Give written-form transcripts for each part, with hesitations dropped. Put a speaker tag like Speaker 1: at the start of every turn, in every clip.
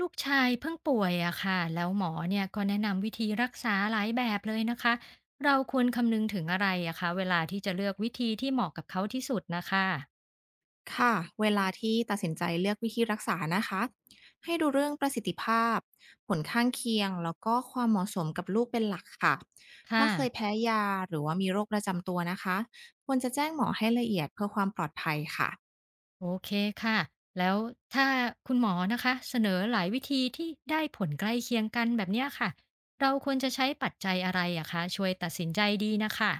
Speaker 1: ลูกชายเพิ่งป่วยอะค่ะแล้วหมอเนี่ยก็แนะนำวิธีรักษาหลายแบบเลยนะคะเราควรคำนึงถึงอะไรอะคะเวลาที่จะเลือกวิธีที่เหมาะกับเขาที่สุดนะคะ
Speaker 2: ค่ะเวลาที่ตัดสินใจเลือกวิธีรักษานะคะให้ดูเรื่องประสิทธิภาพผลข้างเคียงแล้วก็ความเหมาะสมกับลูกเป็นหลักค่ะถ้า
Speaker 1: ค่ะ
Speaker 2: เคยแพ้ยาหรือว่ามีโรคประจำตัวนะคะควรจะแจ้งหมอให้ละเอียดเพื่อความปลอดภัยค่ะ
Speaker 1: โอเคค่ะแล้วถ้าคุณหมอนะคะเสนอหลายวิธีที่ได้ผลใกล้เคียงกันแบบเนี้ยค่ะเราควรจะใช้ปัจจัยอะไรอะคะช่วยตัดสินใจดีนะคะ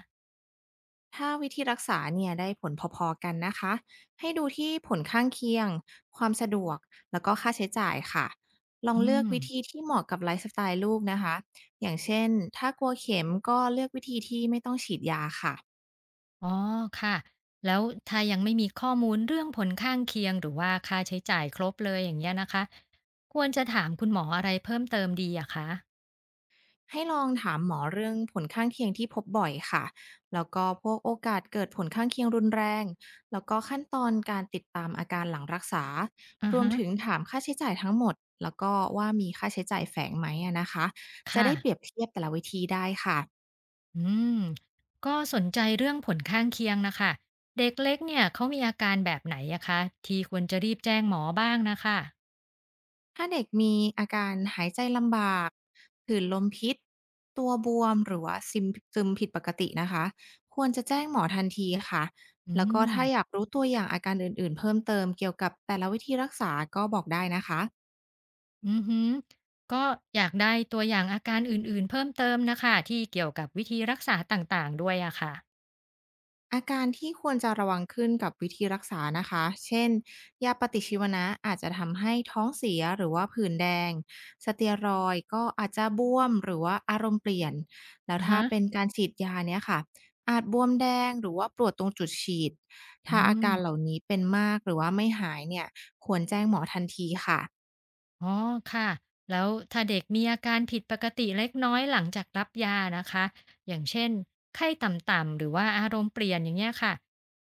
Speaker 2: ถ้าวิธีรักษาเนี่ยได้ผลพอๆกันนะคะให้ดูที่ผลข้างเคียงความสะดวกแล้วก็ค่าใช้จ่ายค่ะลอง
Speaker 1: อื
Speaker 2: เลือกวิธี
Speaker 1: ม
Speaker 2: ที่เหมาะกับไลฟ์สไตล์ลูกนะคะอย่างเช่นถ้ากลัวเข็มก็เลือกวิธีที่ไม่ต้องฉีดยาค่ะ
Speaker 1: อ๋อค่ะแล้วถ้ายังไม่มีข้อมูลเรื่องผลข้างเคียงหรือว่าค่าใช้จ่ายครบเลยอย่างเงี้ยนะคะควรจะถามคุณหมออะไรเพิ่มเติมดีอะคะ
Speaker 2: ให้ลองถามหมอเรื่องผลข้างเคียงที่พบบ่อยค่ะ แล้วก็พวกโอกาสเกิดผลข้างเคียงรุนแรง แล้วก็ขั้นตอนการติดตามอาการหลังรักษา
Speaker 1: ออ
Speaker 2: รวม
Speaker 1: ฮะ
Speaker 2: ถึงถามค่าใช้จ่ายทั้งหมด แล้วก็ว่ามีค่าใช้จ่ายแฝงไหมอะนะคะจะ
Speaker 1: ค่ะ
Speaker 2: ได้เปรียบเทียบแต่ละวิธีได้ค่ะ
Speaker 1: อืมก็สนใจเรื่องผลข้างเคียงนะคะเด็กเล็กเนี่ยเขามีอาการแบบไหนอะคะที่ควรจะรีบแจ้งหมอบ้างนะคะ
Speaker 2: ถ้าเด็กมีอาการหายใจลำบากผื่นลมพิษตัวบวมหรือว่าซึมผิดปกตินะคะ ควรจะแจ้งหมอทันทีค่ะ
Speaker 1: อื
Speaker 2: แล้วก็ถ้าอยา
Speaker 1: ม
Speaker 2: กรู้ตัวอย่างอาการอื่นๆเพิ่มเติมเกี่ยวกับแต่ละวิธีรักษาก็บอกได้นะคะ
Speaker 1: อือฮึก็อยากได้ตัวอย่างอาการอื่นๆเพิ่มเติมนะคะที่เกี่ยวกับวิธีรักษาต่างๆด้วยอะค่ะ
Speaker 2: อาการที่ควรจะระวังขึ้นกับวิธีรักษานะคะเช่นยาปฏิชีวนะอาจจะทำให้ท้องเสียหรือว่าผื่นแดงสเตียรอยด์ก็อาจจะบวมหรือว่าอารมณ์เปลี่ยนแล้ว
Speaker 1: อะ
Speaker 2: ถ้า
Speaker 1: ฮะ
Speaker 2: เป็นการฉีดยาเนี่ยค่ะอาจบวมแดงหรือว่าปวดตรงจุดฉีด
Speaker 1: อื
Speaker 2: ถ้าอาการเหล่า
Speaker 1: ม
Speaker 2: นี้เป็นมากหรือว่าไม่หายเนี่ยควรแจ้งหมอทันทีค่ะ
Speaker 1: อ๋อค่ะแล้วถ้าเด็กมีอาการผิดปกติเล็กน้อยหลังจากรับยานะคะอย่างเช่นไข้ต่ำๆหรือว่าอารมณ์เปลี่ยนอย่างเงี้ยค่ะ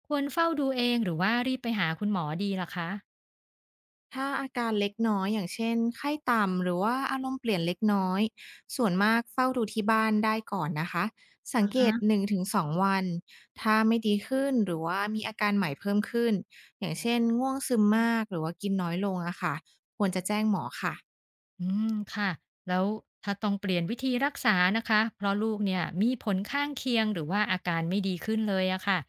Speaker 1: ควรเฝ้าดูเองหรือว่ารีบไปหาคุณหมอดีล่ะคะ
Speaker 2: ถ้าอาการเล็กน้อยอย่างเช่นไข้ต่ำหรือว่าอารมณ์เปลี่ยนเล็กน้อยส่วนมากเฝ้าดูที่บ้านได้ก่อนนะคะสังเกต
Speaker 1: คะ
Speaker 2: 1-2วันถ้าไม่ดีขึ้นหรือว่ามีอาการใหม่เพิ่มขึ้นอย่างเช่นง่วงซึมมากหรือว่ากินน้อยลงอะค่ะควรจะแจ้งหมอค่ะ
Speaker 1: อืมค่ะแล้วถ้าต้องเปลี่ยนวิธีรักษานะคะเพราะลูกเนี่ยมีผลข้างเคียงหรือว่าอาการไม่ดีขึ้นเลยอะค่ะ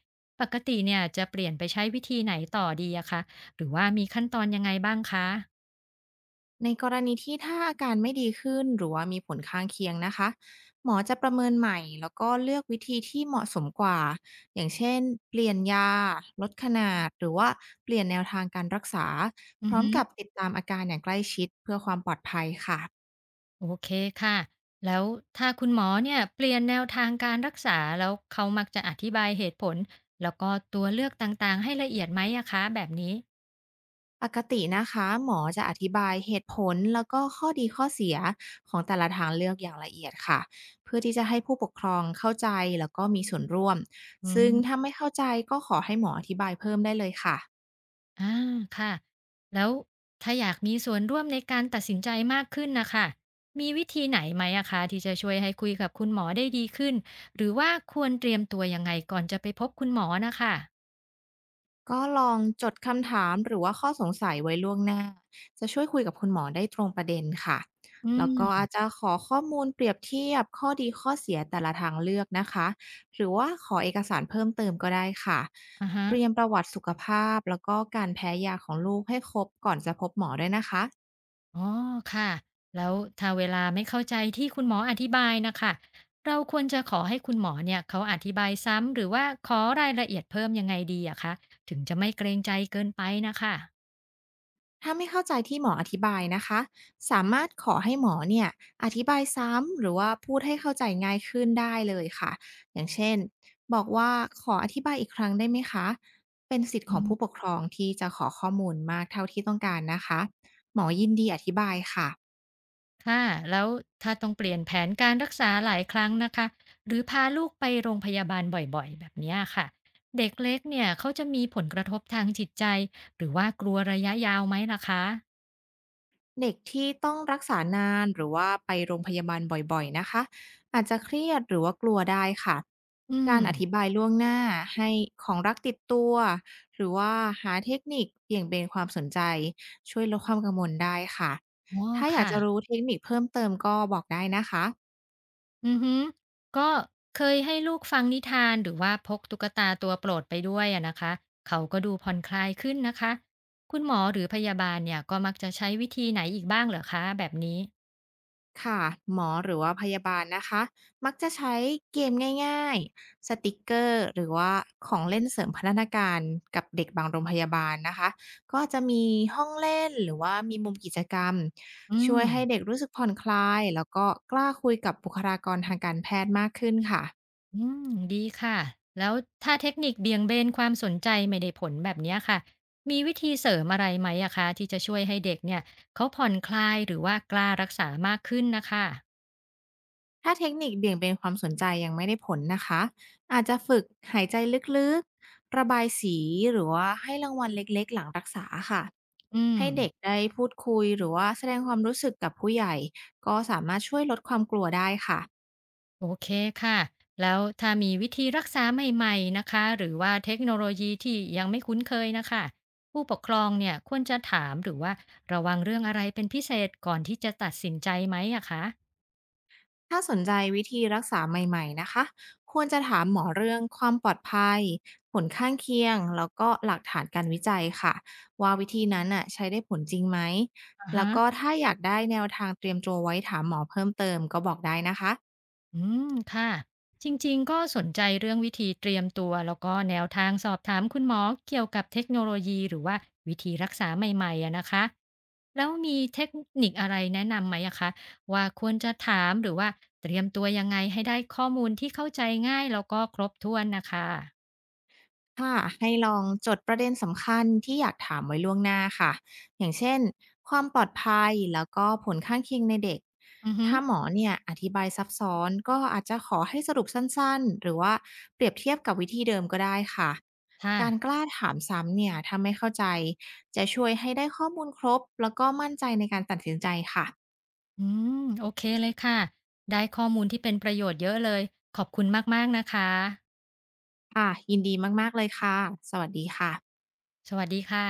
Speaker 1: ปกติเนี่ยจะเปลี่ยนไปใช้วิธีไหนต่อดีอะคะหรือว่ามีขั้นตอนยังไงบ้างคะ
Speaker 2: ในกรณีที่ถ้าอาการไม่ดีขึ้นหรือว่ามีผลข้างเคียงนะคะหมอจะประเมินใหม่แล้วก็เลือกวิธีที่เหมาะสมกว่าอย่างเช่นเปลี่ยนยาลดขนาดหรือว่าเปลี่ยนแนวทางการรักษา
Speaker 1: อื
Speaker 2: พร้อม
Speaker 1: อ
Speaker 2: กับติดตามอาการอย่างใกล้ชิดเพื่อความปลอดภัยค่ะ
Speaker 1: โอเคค่ะ แล้วถ้าคุณหมอเนี่ยเปลี่ยนแนวทางการรักษาแล้วเขามักจะอธิบายเหตุผลแล้วก็ตัวเลือกต่างๆให้ละเอียดไหมอะคะแบบนี้
Speaker 2: ปกตินะคะหมอจะอธิบายเหตุผลแล้วก็ข้อดีข้อเสียของแต่ละทางเลือกอย่างละเอียดค่ะเพื่อที่จะให้ผู้ปกครองเข้าใจแล้วก็มีส่วนร่วม
Speaker 1: อื
Speaker 2: ซึ่ง
Speaker 1: ม
Speaker 2: ถ้าไม่เข้าใจก็ขอให้หมออธิบายเพิ่มได้เลยค่ะ
Speaker 1: อ่าค่ะแล้วถ้าอยากมีส่วนร่วมในการตัดสินใจมากขึ้นนะคะมีวิธีไหนไหมอะคะที่จะช่วยให้คุยกับคุณหมอได้ดีขึ้นหรือว่าควรเตรียมตัวยังไงก่อนจะไปพบคุณหมอนะคะ
Speaker 2: ก็ลองจดคำถามหรือว่าข้อสงสัยไว้ล่วงหน้าจะช่วยคุยกับคุณหมอได้ตรงประเด็นค่ะ
Speaker 1: อื
Speaker 2: แล้วก็อา
Speaker 1: ม
Speaker 2: จจะขอข้อมูลเปรียบเทียบข้อดีข้อเสียแต่ละทางเลือกนะคะหรือว่าขอเอกสารเพิ่มเติมก็ได้ค่ะ
Speaker 1: อ่าฮะ
Speaker 2: เตรียมประวัติสุขภาพแล้วก็การแพ้ยาของลูกให้ครบก่อนจะพบหมอด้วยนะคะ
Speaker 1: อ๋อค่ะแล้วถ้าเวลาไม่เข้าใจที่คุณหมออธิบายนะค่ะเราควรจะขอให้คุณหมอเนี่ยเขาอธิบายซ้ำหรือว่าขอรายละเอียดเพิ่มยังไงดีอะคะถึงจะไม่เกรงใจเกินไปนะคะ
Speaker 2: ถ้าไม่เข้าใจที่หมออธิบายนะคะสามารถขอให้หมอเนี่ยอธิบายซ้ำหรือว่าพูดให้เข้าใจง่ายขึ้นได้เลยค่ะอย่างเช่นบอกว่าขออธิบายอีกครั้งได้ไหมคะเป็นสิทธิ์
Speaker 1: อื
Speaker 2: ของผู้ป
Speaker 1: ม
Speaker 2: กครองที่จะขอข้อมูลมากเท่าที่ต้องการนะคะหมอยินดีอธิบายค่ะ
Speaker 1: ค่ะแล้วถ้าต้องเปลี่ยนแผนการรักษาหลายครั้งนะคะหรือพาลูกไปโรงพยาบาลบ่อยๆแบบเนี้ยค่ะเด็กเล็กเนี่ยเขาจะมีผลกระทบทางจิตใจหรือว่ากลัวระยะยาวไหมล่ะคะ
Speaker 2: เด็กที่ต้องรักษานานหรือว่าไปโรงพยาบาลบ่อยๆนะคะอาจจะเครียดหรือว่ากลัวได้ค่ะ
Speaker 1: อืม
Speaker 2: การอธิบายล่วงหน้าให้ของรักติดตัวหรือว่าหาเทคนิคเบี่ยงเบนความสนใจช่วยลดความกังวลได้ค่ะ
Speaker 1: อ๋อ
Speaker 2: ถ้าอยาก
Speaker 1: ค่ะ
Speaker 2: จะรู้เทคนิคเพิ่มเติมก็บอกได้นะคะ
Speaker 1: อือฮึก็เคยให้ลูกฟังนิทานหรือว่าพกตุ๊กตาตัวโปรดไปด้วยอะนะคะเขาก็ดูผ่อนคลายขึ้นนะคะคุณหมอหรือพยาบาลเนี่ยก็มักจะใช้วิธีไหนอีกบ้างเหรอคะแบบนี้
Speaker 2: ค่ะหมอหรือว่าพยาบาลนะคะมักจะใช้เกมง่ายๆสติกเกอร์หรือว่าของเล่นเสริมพัฒนาการกับเด็กบางโรงพยาบาลนะคะก็จะมีห้องเล่นหรือว่ามีมุมกิจกรรม
Speaker 1: อื
Speaker 2: ช่ว
Speaker 1: ม
Speaker 2: ยให้เด็กรู้สึกผ่อนคลายแล้วก็กล้าคุยกับบุคลากรทางการแพทย์มากขึ้นค่ะ
Speaker 1: อืมดีค่ะแล้วถ้าเทคนิคเบี่ยงเบนความสนใจไม่ได้ผลแบบเนี้ยค่ะมีวิธีเสริมอะไรไหมอะคะที่จะช่วยให้เด็กเนี่ยเขาผ่อนคลายหรือว่ากล้ารักษามากขึ้นนะคะ
Speaker 2: ถ้าเทคนิคเบี่ยงเบนความสนใจยังไม่ได้ผลนะคะอาจจะฝึกหายใจลึกๆระบายสีหรือว่าให้รางวัลเล็กๆหลังรักษาค่ะ
Speaker 1: อืม
Speaker 2: ให้เด็กได้พูดคุยหรือว่าแสดงความรู้สึกกับผู้ใหญ่ก็สามารถช่วยลดความกลัวได้ค่ะ
Speaker 1: โอเคค่ะแล้วถ้ามีวิธีรักษาใหม่ๆนะคะหรือว่าเทคโนโลยีที่ยังไม่คุ้นเคยนะคะผู้ปกครองเนี่ยควรจะถามหรือว่าระวังเรื่องอะไรเป็นพิเศษก่อนที่จะตัดสินใจไหมอะคะ
Speaker 2: ถ้าสนใจวิธีรักษาใหม่ๆนะคะควรจะถามหมอเรื่องความปลอดภัยผลข้างเคียงแล้วก็หลักฐานการวิจัยค่ะว่าวิธีนั้นน่ะใช้ได้ผลจริงไหม
Speaker 1: อะ
Speaker 2: แล้
Speaker 1: ฮะ
Speaker 2: วก็ถ้าอยากได้แนวทางเตรียมตัวไว้ถามหมอเพิ่มเติมก็บอกได้นะคะ
Speaker 1: อืมค่ะจริงๆก็สนใจเรื่องวิธีเตรียมตัวแล้วก็แนวทางสอบถามคุณหมอเกี่ยวกับเทคโนโลยีหรือว่าวิธีรักษาใหม่ๆอะนะคะแล้วมีเทคนิคอะไรแนะนำไหมอะคะว่าควรจะถามหรือว่าเตรียมตัวยังไงให้ได้ข้อมูลที่เข้าใจง่ายแล้วก็ครบถ้วนนะคะ
Speaker 2: ค่ะให้ลองจดประเด็นสำคัญที่อยากถามไว้ล่วงหน้าค่ะอย่างเช่นความปลอดภัยแล้วก็ผลข้างเคียงในเด็ก
Speaker 1: อือฮึ
Speaker 2: ถ้าหมอเนี่ยอธิบายซับซ้อนก็อาจจะขอให้สรุปสั้นๆหรือว่าเปรียบเทียบกับวิธีเดิมก็ได้ค่ะ
Speaker 1: ค่ะ
Speaker 2: การกล้าถามซ้ำเนี่ยถ้าไม่เข้าใจจะช่วยให้ได้ข้อมูลครบแล้วก็มั่นใจในการตัดสินใจค่ะ
Speaker 1: อืมโอเคเลยค่ะได้ข้อมูลที่เป็นประโยชน์เยอะเลยขอบคุณมากๆนะคะ
Speaker 2: ค่ะยินดีมากๆเลยค่ะสวัสดีค่ะ
Speaker 1: สวัสดีค่ะ